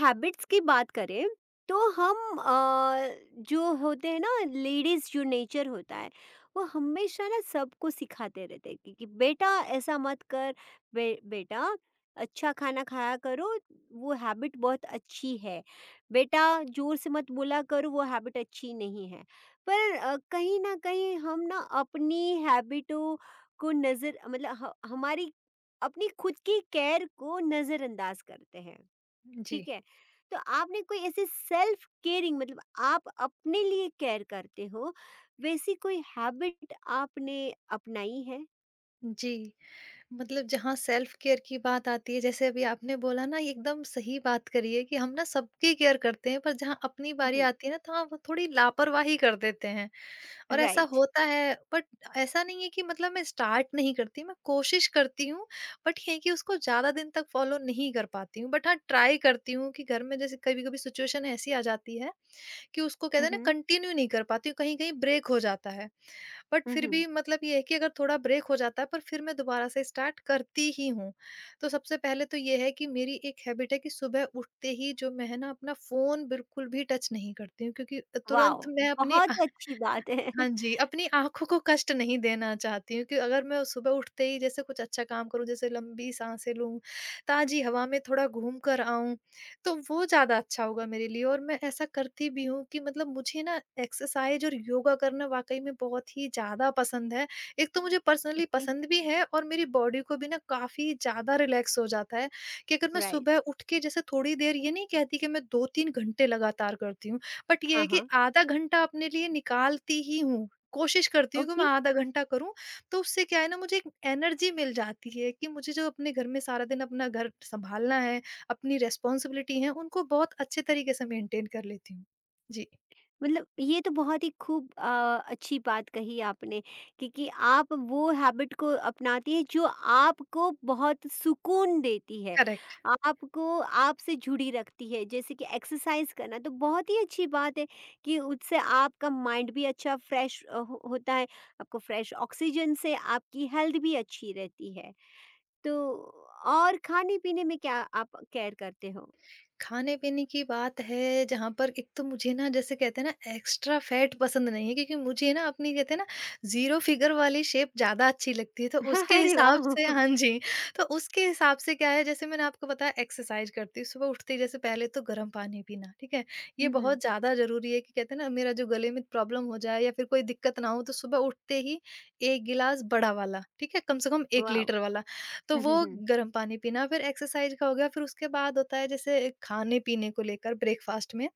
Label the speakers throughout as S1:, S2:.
S1: Habits की बात करें तो हम जो होते हैं ना, लेडीज़ जो नेचर होता है, वो हमेशा ना सबको सिखाते रहते हैं कि बेटा ऐसा मत कर, बेटा अच्छा खाना खाया करो, वो हैबिट बहुत अच्छी है। बेटा जोर से मत बोला करो, वो हैबिट अच्छी नहीं है। पर कहीं ना कहीं हम ना अपनी हैबिटों को नज़र मतलब हमारी अपनी खुद की केयर को नज़रअंदाज करते हैं।
S2: जी,
S1: ठीक है। तो आपने कोई ऐसे सेल्फ केयरिंग मतलब आप अपने लिए केयर करते हो, वैसी कोई हैबिट आपने अपनाई है?
S2: जी। मतलब जहाँ सेल्फ केयर की बात आती है, जैसे अभी आपने बोला ना, ये एकदम सही बात करी है कि हम ना सबकी केयर करते हैं, पर जहाँ अपनी बारी
S1: हम्म।
S2: आती है ना, तो हम थोड़ी लापरवाही कर देते हैं और ऐसा
S1: राइट।
S2: होता है। बट ऐसा नहीं है कि मतलब मैं स्टार्ट नहीं करती, मैं कोशिश करती हूँ, बट ये है कि उसको ज़्यादा दिन तक फ़ॉलो नहीं कर पाती हूँ। बट हाँ, ट्राई करती हूँ कि घर में जैसे कभी-कभी सिचुएशन ऐसी आ जाती है कि उसको कहते हैं ना,
S1: हम्म।
S2: कंटिन्यू नहीं कर पाती हूँ, कहीं-कहीं ब्रेक हो जाता है। बट फिर
S1: हम्म।
S2: भी मतलब ये है कि अगर थोड़ा ब्रेक हो जाता है, पर फिर मैं दोबारा से स्टार्ट करती ही हूँ। तो सबसे पहले तो ये है कि मेरी एक हैबिट है कि सुबह उठते ही जो मैं है ना, अपना फ़ोन बिल्कुल भी टच नहीं करती हूँ, क्योंकि तुरंत
S1: वाओ,
S2: मैं अपने,
S1: बहुत अच्छी बात है।
S2: हाँ जी, अपनी आँखों को कष्ट नहीं देना चाहती हूँ कि अगर मैं सुबह उठते ही जैसे कुछ अच्छा काम करूँ, जैसे लंबी साँसें लूँ, ताज़ी हवा में थोड़ा घूम कर आऊँ, तो वो ज़्यादा अच्छा होगा मेरे लिए, और मैं ऐसा करती भी हूँ कि मतलब मुझे ना, एक्सरसाइज़ और योगा करना वाक़ई में बहुत ही ज़्यादा पसंद है। एक तो मुझे पर्सनली
S1: ओके।
S2: पसंद भी है और मेरी बॉडी को भी ना काफ़ी ज़्यादा रिलैक्स हो जाता है कि अगर मैं सुबह
S1: राइट।
S2: उठ के जैसे थोड़ी देर, ये नहीं कहती कि मैं 2-3 घंटे लगातार करती हूँ। बट ये
S1: हाँ,
S2: है कि
S1: हाँ।
S2: आधा घंटा अपने लिए निकालती ही हूँ। कोशिश करती हूँ कि मैं आधा घंटा करूँ, तो उससे क्या है ना, मुझे एक एनर्जी मिल जाती है कि मुझे जो अपने घर में सारा दिन अपना घर सँभालना है, अपनी रिस्पॉन्सिबिलिटी है, उनको बहुत अच्छे तरीके से मेंटेन कर लेती हूँ। जी,
S1: मतलब ये तो बहुत ही खूब अच्छी बात कही आपने, क्योंकि आप वो हैबिट को अपनाती है जो आपको बहुत सुकून देती है,
S2: करेक्ट।
S1: आपको आपसे जुड़ी रखती है। जैसे कि एक्सरसाइज करना तो बहुत ही अच्छी बात है कि उससे आपका माइंड भी अच्छा फ्रेश होता है, आपको फ्रेश ऑक्सीजन से आपकी हेल्थ भी अच्छी रहती है तो। और खाने पीने में क्या आप केयर करते हो?
S2: खाने-पीने की बात है, जहाँ पर एक तो मुझे ना, जैसे कहते हैं ना, एक्स्ट्रा फैट पसंद नहीं है, क्योंकि मुझे ना, अपनी कहते हैं ना, ज़ीरो फिगर वाली शेप ज़्यादा अच्छी लगती है, तो उसके
S1: अरे
S2: हिसाब
S1: वाह।
S2: से हाँ जी, तो उसके हिसाब से क्या है, जैसे मैंने आपको बताया, एक्सरसाइज करती हूँ। सुबह उठते ही जैसे पहले तो गर्म पानी पीना, ठीक है? ये
S1: हम्म।
S2: बहुत ज़्यादा ज़रूरी है कि कहते हैं ना, मेरा जो गले में प्रॉब्लम हो जाए या फिर कोई दिक्कत ना हो, तो सुबह उठते ही 1 गिलास बड़ा वाला, ठीक है? कम से कम 1
S1: वाह।
S2: लीटर वाला, तो वो
S1: हम्म, हम्म,
S2: गर्म पानी पीना, फिर एक्सरसाइज़ का हो गया, फिर उसके बाद होता है जैसे खाने-पीने को लेकर ब्रेकफ़ास्ट में।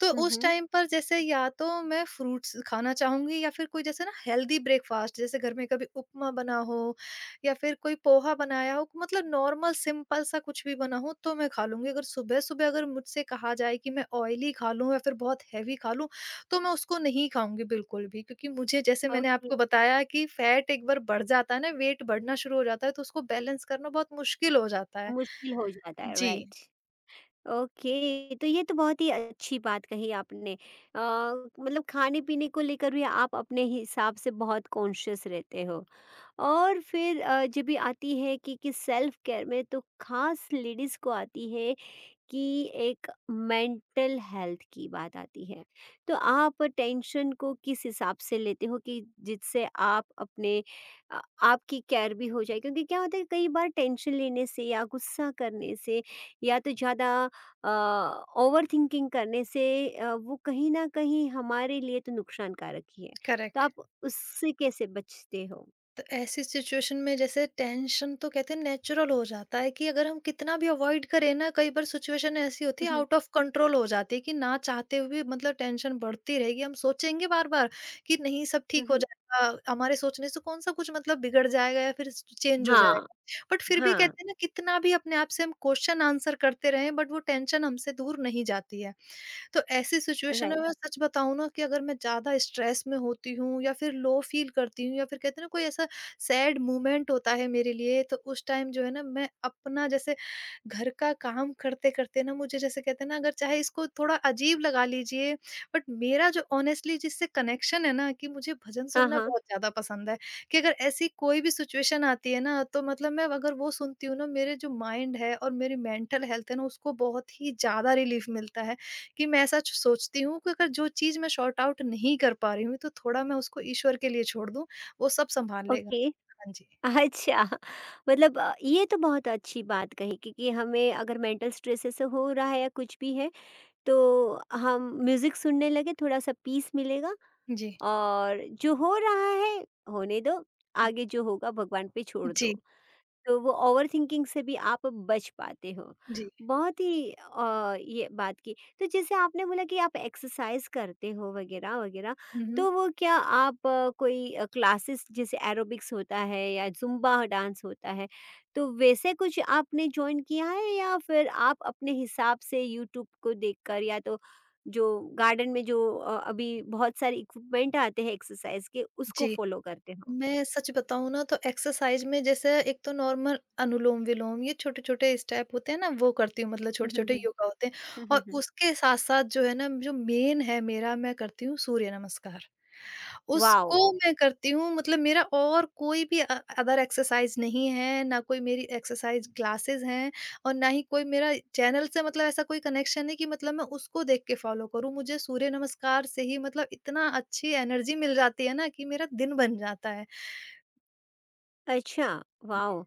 S2: तो
S1: हम्म,
S2: उस
S1: हम्म।
S2: टाइम पर जैसे या तो मैं फ्रूट्स खाना चाहूँगी या फिर कोई जैसे ना, हेल्दी ब्रेकफ़ास्ट, जैसे घर में कभी उपमा बना हो या फिर कोई पोहा बनाया हो, मतलब नॉर्मल सिंपल सा कुछ भी बना हो तो मैं खा लूँगी। अगर सुबह-सुबह अगर मुझसे कहा जाए कि मैं ऑयली खा लूँ या फिर बहुत हेवी खा लूँ, तो मैं उसको नहीं खाऊँगी बिल्कुल भी, क्योंकि मुझे, जैसे मैंने
S1: ओके।
S2: आपको बताया, कि फैट एक बार बढ़ जाता है ना, वेट बढ़ना शुरू हो जाता है, तो उसको बैलेंस करना बहुत मुश्किल हो जाता है।
S1: मुश्किल हो जाता है,
S2: जी,
S1: राइट। ओके, तो ये तो बहुत ही अच्छी बात कही आपने। मतलब खाने-पीने को लेकर भी आप अपने हिसाब से बहुत कॉन्शियस रहते हो। और फिर जब भी आती है कि सेल्फ केयर में तो खास लेडीज़ को आती है कि एक मेंटल हेल्थ की बात आती है, तो आप टेंशन को किस हिसाब से लेते हो कि जिससे आप अपने आ- आपकी केयर भी हो जाए, क्योंकि क्या होता है कई बार टेंशन लेने से या गुस्सा करने से या तो ज़्यादा ओवर थिंकिंग करने से वो कहीं ना कहीं हमारे लिए तो नुकसानकारक ही है। तो
S2: करेक्ट।
S1: आप उससे कैसे बचते हो?
S2: तो ऐसी सिचुएशन में जैसे टेंशन तो कहते हैं नेचुरल हो जाता है कि अगर हम कितना भी अवॉइड करें ना, कई बार सिचुएशन ऐसी होती है,
S1: हम्म,
S2: आउट ऑफ कंट्रोल हो जाती है कि ना चाहते हुए भी मतलब टेंशन बढ़ती रहेगी, हम सोचेंगे बार बार कि नहीं, सब ठीक हो
S1: हम्म।
S2: जाएगा। हमारे सोचने से कौन सा कुछ मतलब बिगड़ जाएगा या फिर चेंज हो
S1: हाँ,
S2: जाएगा, बट फिर भी
S1: हाँ।
S2: कहते हैं ना, कितना भी अपने आप से हम क्वेश्चन आंसर करते रहें, बट वो टेंशन हमसे दूर नहीं जाती है। तो ऐसी सिचुएशन में,
S1: राइट।
S2: मैं सच बताऊँ ना, कि अगर मैं ज़्यादा स्ट्रेस में होती हूँ या फिर लो फील करती हूँ या फिर कहते हैं ना, कोई ऐसा सैड मोमेंट होता है मेरे लिए, तो उस टाइम जो है ना, मैं अपना जैसे घर का काम करते करते ना, मुझे जैसे कहते हैं ना, अगर चाहे इसको थोड़ा अजीब लगा लीजिए, बट मेरा जो ऑनेस्टली जिससे कनेक्शन है ना, कि मुझे भजन
S1: हाँ,
S2: सुनना
S1: हाँ।
S2: बहुत ज़्यादा पसंद है, कि अगर ऐसी कोई भी सिचुएशन आती है ना, तो मतलब मैं अगर वो सुनती हूँ ना, मेरे जो माइंड है और मेरी मेंटल हेल्थ है ना, उसको बहुत ही ज़्यादा रिलीफ मिलता है, कि मैं ऐसा सोचती हूँ कि अगर जो चीज मैं सॉर्ट आउट नहीं कर पा रही हूँ, तो थोड़ा मैं उसको ईश्वर के लिए छोड़ दूं, वो सब संभाल लेगा।
S1: ओके।
S2: हाँ जी।
S1: अच्छा। मतलब ये तो बहुत अच्छी बात कही, क्योंकि हमें अगर मेंटल स्ट्रेस ऐसे हो रहा है या कुछ भी है तो हम म्यूजिक सुनने लगे, थोड़ा सा पीस मिलेगा।
S2: जी।
S1: और जो हो रहा है होने दो, आगे जो होगा भगवान पे छोड़
S2: जी।
S1: दो, तो वो ओवरथिंकिंग से भी आप बच पाते हो।
S2: जी।
S1: बहुत ही ये बात की। तो जैसे आपने बोला कि आप एक्सरसाइज़ करते हो वग़ैरह, वग़ैरह,
S2: हम्म।
S1: तो वो क्या आप कोई कोई क्लासेस, जैसे एरोबिक्स होता है या ज़ुम्बा डांस होता है, तो वैसे कुछ आपने जॉइन किया है, या फिर आप अपने हिसाब से यूट्यूब को देखकर, या तो जो गार्डन में जो अभी बहुत सारे इक्विपमेंट आते हैं एक्सरसाइज़ के, उसको
S2: जी।
S1: फ़ॉलो करते हो?
S2: मैं सच बताऊँ ना, तो एक्सरसाइज में जैसे एक तो नॉर्मल अनुलोम-विलोम ये छोटे-छोटे स्टेप होते हैं ना, वो करती हूँ, मतलब
S1: हुँ, हुँ,
S2: छोटे-छोटे
S1: हुँ।
S2: योगा होते हैं।
S1: हुँ, हुँ,
S2: और
S1: हुँ।
S2: उसके साथ-साथ जो है ना, जो मेन है मेरा, मैं करती हूँ सूर्य नमस्कार।
S1: वॉव!
S2: उसको मैं करती हूँ, मतलब मेरा और कोई भी अदर एक्सरसाइज नहीं है, ना कोई मेरी एक्सरसाइज क्लासेस हैं और ना ही कोई मेरा चैनल से मतलब ऐसा कोई कनेक्शन है कि मतलब मैं उसको देख के फॉलो करूँ। मुझे सूर्य नमस्कार से ही मतलब इतना अच्छी एनर्जी मिल जाती है ना, कि मेरा दिन बन जाता है।
S1: अच्छा। वाओ!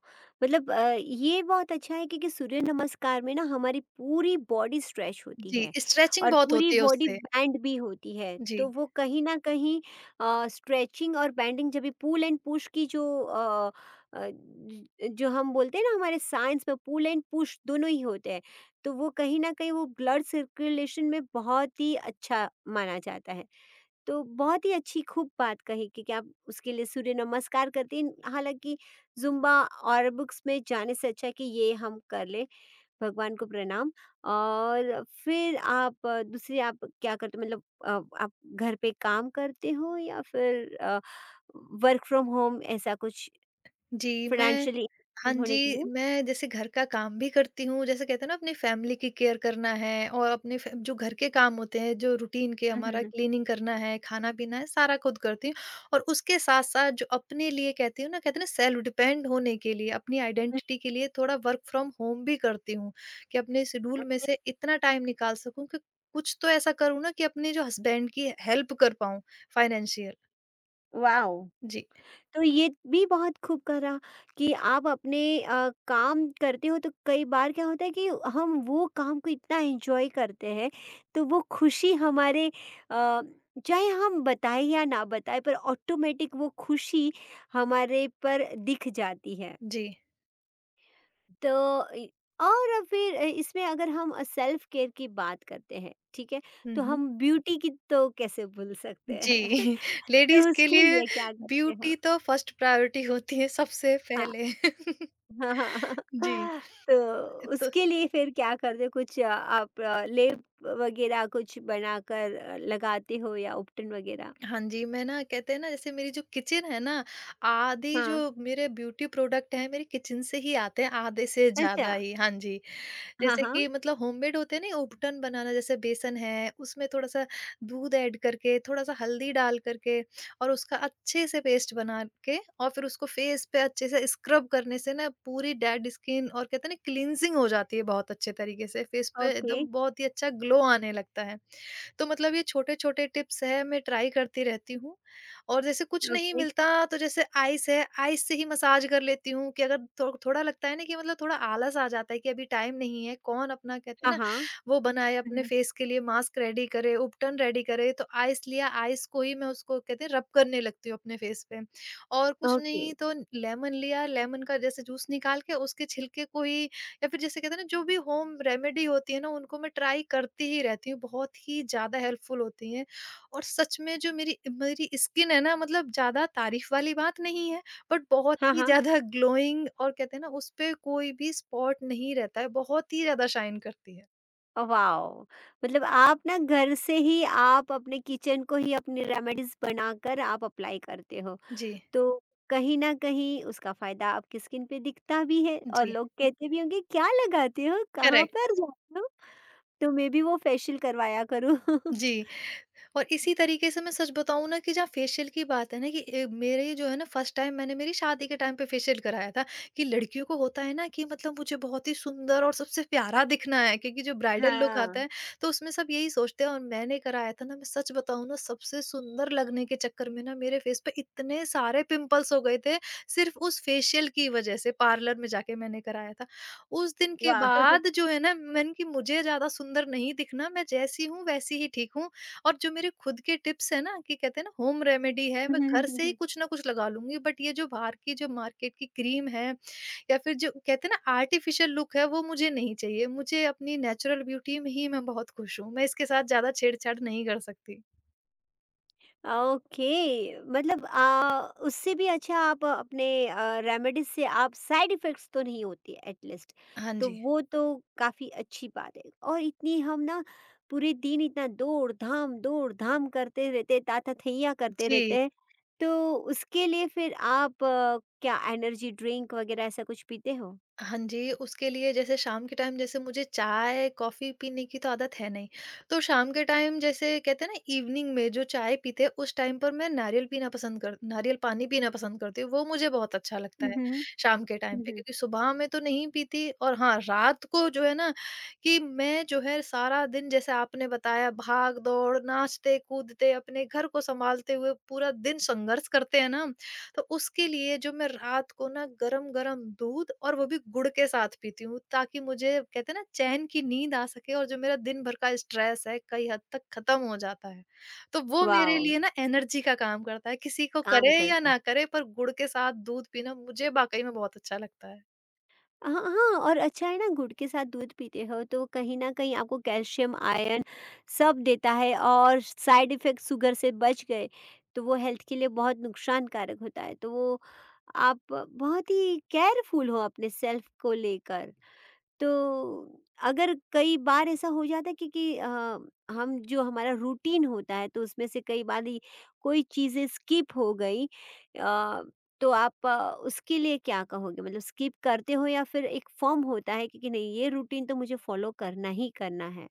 S1: मतलब ये बहुत अच्छा है, क्योंकि सूर्य नमस्कार में ना हमारी पूरी बॉडी स्ट्रेच होती
S2: जी,
S1: है
S2: स्ट्रेचिंग
S1: और
S2: बहुत
S1: पूरी
S2: होती है
S1: बॉडी
S2: उससे।
S1: बैंड भी होती है। तो
S2: जी,
S1: वो कहीं न कहीं स्ट्रेचिंग और बैंडिंग, जब भी पुल एंड पुश की जो अ अ, ज जो हम बोलते हैं ना हमारे साइंस में, पुल एंड पुश दोनों ही होते हैं। तो वो कहीं न कहीं वो ब्लड सर्कुलेशन में बहुत ही अच्छा माना जाता है। तो बहुत ही अच्छी खूब बात कही कि आप उसके लिए सूर्य नमस्कार करती हैं। हालाँकि ज़ुम्बा और बुक्स में जाने से अच्छा है कि ये हम कर लें, भगवान को प्रणाम। और फिर आप दूसरी आप क्या करते हो? मतलब आप घर पे काम करते हो या फिर वर्क फ्रॉम होम ऐसा कुछ
S2: जी, मैं,
S1: फ़ाइनेंशियली
S2: हाँ
S1: होने के
S2: जी,
S1: लिए?
S2: मैं जैसे घर का काम भी करती हूँ, जैसे कहते हैं ना, अपनी फैमिली की केयर करना है और अपने फ जो घर के काम होते हैं, जो रूटीन के
S1: हुँ, हुँ,
S2: हमारा
S1: हुँ।
S2: क्लीनिंग करना है, खाना-पीना है, सारा खुद करती हूँ। और उसके साथ-साथ जो अपने लिए कहती हूँ ना, कहते हैं ना, सेल्फ डिपेंड होने के लिए, अपनी
S1: हुँ।
S2: आइडेंटिटी के लिए थोड़ा वर्क फ्रॉम होम भी करती हूँ, कि अपने शेड्यूल में
S1: ओके।
S2: से इतना टाइम निकाल सकूँ, कि कुछ तो ऐसा करूँ ना, कि अपने जो हस्बैंड की हेल्प कर पाऊँ, फाइनेंशियल।
S1: वॉव!
S2: जी।
S1: तो ये भी बहुत खूब करा कि आप अपने काम करते हो तो कई बार क्या होता है कि हम वो काम को इतना एंजॉय करते हैं, तो वो खुशी हमारे चाहे हम बताएं या ना बताएं, पर ऑटोमेटिक वो खुशी हमारे पर दिख जाती है।
S2: जी।
S1: तो इ- और अब फिर इसमें अगर हम सेल्फ केयर की बात करते हैं, ठीक है,
S2: हुँ,
S1: तो
S2: हुँ।
S1: हम ब्यूटी की तो कैसे भूल सकते
S2: जी,
S1: हैं।
S2: लेडीज़
S1: तो
S2: के
S1: उसके
S2: लिए
S1: लिए क्या करते हो?
S2: ब्यूटी तो फर्स्ट प्रायोरिटी होती है सबसे पहले।
S1: हाँ, हाँ।
S2: जी,
S1: तो
S2: तो
S1: उसके लिए फिर क्या करते हो? कुछ आप लेप वगैरह कुछ बनाकर लगाते हो या उपटन वगैरह?
S2: हाँ जी, मैं ना, कहते हैं ना, जैसे मेरी जो किचन है ना, आधी जो
S1: हाँ,
S2: मेरे ब्यूटी प्रोडक्ट हैं, मेरी किचन से ही आते हैं, आधे से
S1: अच्छा।
S2: ज़्यादा ही। हाँ जी,
S1: हाँ,
S2: जैसे
S1: हाँ।
S2: कि मतलब होममेड होते हैं ना, उबटन बनाना जैसे बेसन है, उसमें थोड़ा सा दूध ऐड करके, थोड़ा सा हल्दी डाल करके और उसका अच्छे से पेस्ट बना के और फिर उसको फेस पे अच्छे से स्क्रब करने से ना, पूरी डेड स्किन और कहते हैं ना, क्लींजिंग हो जाती है बहुत अच्छे तरीके से, फेस पे
S1: ओके,
S2: एकदम बहुत ही अच्छा ग्लो आने लगता है। तो मतलब ये छोटे-छोटे टिप्स हैं, मैं ट्राई करती रहती हूँ, और जैसे कुछ नहीं
S1: ओके।
S2: मिलता तो जैसे आइस है, आइस से ही मसाज कर लेती हूँ, कि अगर थो थोड़ा लगता है ना, कि मतलब थोड़ा आलस आ जाता है कि अभी टाइम नहीं है, कौन अपना, कहते हैं
S1: हाँ,
S2: ना,
S1: हाँ।
S2: वो बनाए अपने
S1: हुँ।
S2: फेस के लिए मास्क रेडी करे, उपटन रेडी करे, तो आइस लिया, आइस को ही मैं, उसको कहते हैं, रब करने लगती हूँ अपने फेस पे। और कुछ
S1: ओके।
S2: नहीं तो लेमन लिया, लेमन का जैसे जूस निकाल के उसके छिलके को ही, या फिर जैसे कहते हैं ना, जो भी होम रेमेडी होती है ना, उनको मैं ट्राई करती ही रहती हूँ, बहुत ही ज़्यादा हेल्पफुल होती हैं। और सच में जो मेरी मेरी स्किन है ना, मतलब ज़्यादा तारीफ वाली बात नहीं है, बट
S1: हाँ,
S2: बहुत ही
S1: हाँ।
S2: ज़्यादा ग्लोइंग, और कहते हैं ना, उस पे कोई भी स्पॉट नहीं रहता है, बहुत ही ज़्यादा शाइन करती है।
S1: वाओ! मतलब आप ना घर से ही आप अपने किचन को ही अपनी रेमेडीज़ बनाकर आप अप्लाई करते हो।
S2: जी,
S1: तो कहीं न कहीं उसका फ़ायदा आपकी स्किन पे दिखता भी है, और
S2: जी।
S1: लोग कहते भी होंगे, "क्या लगाते हो? कहाँ
S2: करेक्ट।
S1: पर जाते हो?" तो मैं भी वो फेशियल करवाया करूँ।
S2: जी। और इसी तरीके से मैं सच बताऊँ ना, कि जहाँ फेशियल की बात है ना, कि मेरे जो है ना, फर्स्ट टाइम मैंने मेरी शादी के टाइम पे फेशियल कराया था, कि लड़कियों को होता है ना, कि मतलब मुझे बहुत ही सुंदर और सबसे प्यारा दिखना है, क्योंकि जो ब्राइडल लुक आता
S1: हाँ,
S2: है, तो उसमें सब यही सोचते हैं, और मैंने कराया था ना, मैं सच बताऊँ ना, सबसे सुंदर लगने के चक्कर में ना, मेरे फेस पे इतने सारे पिंपल्स हो गए थे, सिर्फ उस फेशियल की वजह से, पार्लर में जाके मैंने कराया था। उस दिन के
S1: वाह!
S2: बाद जो है ना, मैंने, कि मुझे ज्यादा सुंदर नहीं दिखना, मैं जैसी हूँ वैसी ही ठीक हूँ, और जो मेरे खुद के टिप्स हैं ना, कि कहते हैं ना, होम रेमेडी है, मैं घर से ही कुछ ना कुछ लगा लूंगी, बट ये जो बाहर की, जो मार्केट की क्रीम है या फिर जो कहते हैं ना, आर्टिफिशियल लुक है, वो मुझे नहीं चाहिए, मुझे अपनी नेचुरल ब्यूटी में ही मैं बहुत खुश हूँ, मैं इसके साथ ज्यादा छेड़छाड़ नहीं कर सकती।
S1: ओके, मतलब उससे भी अच्छा आप अपने रेमेडीज से आप, साइड इफेक्ट्स तो नहीं होती एटलीस्ट,
S2: हाँ
S1: तो
S2: जी।
S1: वो तो काफी अच्छी बात है। और इतनी हम ना पूरे दिन इतना दौड़ धाम करते रहते, ताता थैया करते रहते
S2: जी।
S1: हैं, तो उसके लिए फिर आप क्या एनर्जी ड्रिंक वगैरह ऐसा कुछ पीते हो?
S2: हाँ जी, उसके लिए जैसे शाम के टाइम जैसे मुझे चाय, कॉफ़ी पीने की तो आदत है नहीं। तो शाम के टाइम जैसे कहते हैं ना, इवनिंग में जो चाय पीते हैं, उस टाइम पर मैं नारियल पानी पीना पसंद करती हूँ, वो मुझे बहुत अच्छा लगता है
S1: हम्म।
S2: शाम के टाइम पे,
S1: हम्म।
S2: क्योंकि सुबह में तो नहीं पीती, और हाँ, रात को जो है ना कि मैं जो है सारा दिन, जैसे आपने बताया, भाग-दौड़, नाचते-कूदते अपने घर को सँभालते हुए पूरा दिन संघर्ष करते हैं ना हम, तो उसके लिए जो मैं रात को ना गरम-गरम दूध और वो भी गुड़ के साथ पीती हूँ, ताकि मुझे कहते हैं ना चैन की नींद आ सके, और जो मेरा दिन भर का स्ट्रेस है कई हद तक खत्म हो जाता है। तो वो मेरे
S1: वाह।
S2: लिए ना एनर्जी का काम करता है, किसी को
S1: काम
S2: करे या
S1: करता है।
S2: ना करे, पर गुड़ के साथ दूध पीना मुझे वाक़ई में बहुत अच्छा लगता है।
S1: हाँ, हाँ। और अच्छा है ना, गुड़ के साथ दूध पीते हो तो कहीं न कहीं आपको कैल्शियम, आयरन सब देता है, और साइड इफ़ेक्ट शुगर से बच गए, तो वो हेल्थ के लिए बहुत नुकसानकारक होता है। तो वो आप बहुत ही केयरफुल हो अपने सेल्फ को लेकर। तो अगर कई बार ऐसा हो जाता है कि हम जो हमारा रूटीन होता है तो उसमें से कई बार ये कोई चीज़ें स्किप हो गई, तो आप उसके लिए क्या कहोगे? मतलब स्किप करते हो या फिर एक फ़र्म होता है कि नहीं, ये रूटीन तो मुझे फ़ॉलो करना ही करना है?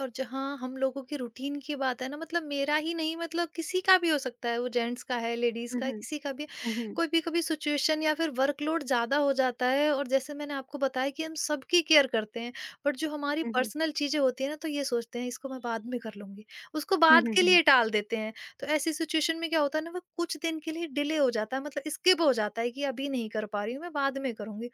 S2: और जहाँ हम लोगों की रूटीन की बात है ना, मतलब मेरा ही नहीं, मतलब किसी का भी हो सकता है, वो जेंट्स का है, लेडीज
S1: हुँ,
S2: का है,
S1: हुँ।
S2: किसी का भी है।
S1: हुँ, हुँ।
S2: कोई भी कभी सिचुएशन या फिर वर्कलोड ज्यादा हो जाता है, और जैसे मैंने आपको बताया कि हम सबकी केयर करते हैं, बट जो हमारी
S1: हुँ, हुँ।
S2: पर्सनल चीजें होती है ना, तो ये सोचते हैं इसको मैं बाद में कर लूंगी, उसको
S1: हुँ,
S2: बाद
S1: हुँ,
S2: के
S1: हुँ।
S2: लिए टाल देते हैं। तो ऐसी सिचुएशन में क्या होता है ना, वो कुछ दिन के लिए डिले हो जाता है, मतलब स्किप हो जाता है कि अभी नहीं कर पा रही हूँ, मैं बाद में करूंगी।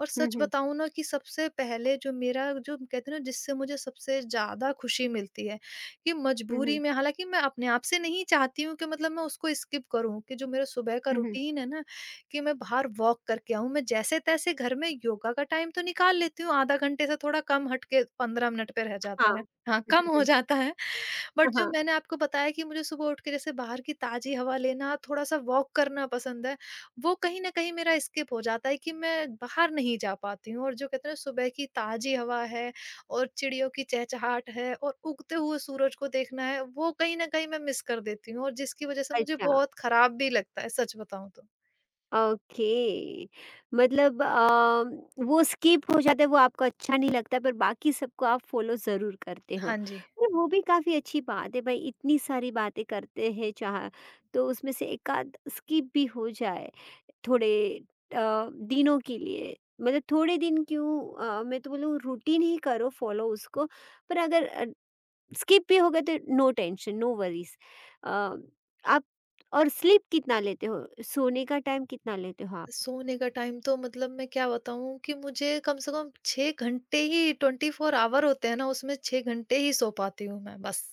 S2: और
S1: हुँ,
S2: सच
S1: हुँ।
S2: बताऊँ ना कि सबसे पहले जो मेरा, जो कहते हैं ना, जिससे मुझे सबसे ज़्यादा खुशी मिलती है कि
S1: हुँ,
S2: मजबूरी
S1: हुँ।
S2: में, हालाँकि मैं अपने आप से नहीं चाहती हूँ कि मतलब मैं उसको स्किप करूँ, कि जो मेरा सुबह का
S1: हुँ, हुँ।
S2: रूटीन है ना, कि मैं बाहर वॉक करके आऊँ। मैं जैसे-तैसे घर में योगा का टाइम तो निकाल लेती हूँ, आधा घंटे से थोड़ा कम हट के 15 मिनट पे रह
S1: हाँ।
S2: जाता है।
S1: हुँ,
S2: हाँ, कम
S1: हुँ,
S2: हो
S1: हुँ।
S2: जाता है। बट
S1: हाँ,
S2: जो
S1: हाँ।
S2: मैंने आपको बताया कि मुझे सुबह उठ के जैसे बाहर की ताज़ी हवा लेना, थोड़ा-सा वॉक करना पसंद है, वो कहीं न कहीं मेरा स्किप हो जाता है कि मैं बाहर नहीं जा पाती हूँ, और जो कहते हैं ना, सुबह की ताज़ी हवा है और चिड़ियों की चहचहाट है और उगते हुए सूरज को देखना है, वो कहीं न कहीं मैं मिस कर देती हूँ, और जिसकी वज़ह से मुझे
S1: अच्छा।
S2: बहुत खराब भी लगता है, सच बताऊँ तो।
S1: ओके, मतलब वो स्किप हो जाता है, वो आपको अच्छा नहीं लगता, पर बाकी सबको आप फॉलो ज़रूर करते हो।
S2: हाँ जी।
S1: पर वो भी काफ़ी अच्छी बात है, भाई इतनी सारी बातें करते हैं चाह, तो उसमें से एकाध स्किप भी हो जाए थोड़े दिनों के लिए, मतलब थोड़े दिन क्यों, मैं तो बोलूँ रूटीन ही करो, फॉलो उसको। पर अगर स्किप भी हो गए तो नो टेंशन नो वरीज आप, और स्लीप कितना लेते हो, सोने का टाइम कितना लेते हो आप?
S2: सोने का टाइम तो, मतलब मैं क्या बताऊँ, कि मुझे कम से कम 6 घंटे ही, 24 आवर होते हैं ना, उसमें 6 घंटे ही सो पाती हूँ मैं, बस।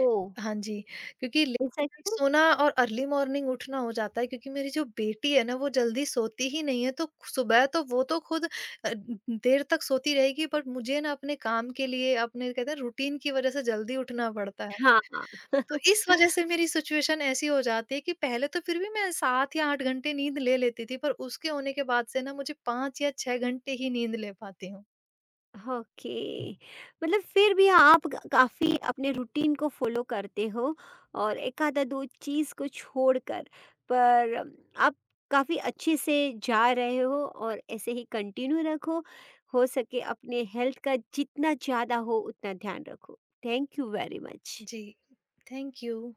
S1: ओ,
S2: हाँ जी, क्योंकि लेट
S1: ऐसा
S2: नाइट
S1: क्यों?
S2: सोना और अर्ली मॉर्निंग उठना हो जाता है, क्योंकि मेरी जो बेटी है ना, वो जल्दी सोती ही नहीं है, तो सुबह तो वो तो खुद अ, देर तक सोती रहेगी, बट मुझे ना अपने काम के लिए, अपने कहते हैं रूटीन की वज़ह से जल्दी उठना पड़ता है।
S1: हाँ।
S2: तो इस वज़ह से मेरी सिचुएशन ऐसी हो जाती है कि पहले तो फिर भी मैं 7 या 8 घंटे नींद ले लेती थी, पर उसके होने के बाद से ना मुझे 5 या 6 घंटे ही नींद ले पाती हूँ।
S1: ओके, मतलब फिर भी आप काफी अपने रूटीन को फॉलो करते हो, और एक आधा दो चीज को छोड़कर, पर आप काफी अच्छे से जा रहे हो, और ऐसे ही कंटिन्यू रखो, हो सके अपने हेल्थ का जितना ज्यादा हो उतना ध्यान रखो। Thank you very much.
S2: जी, थैंक यू।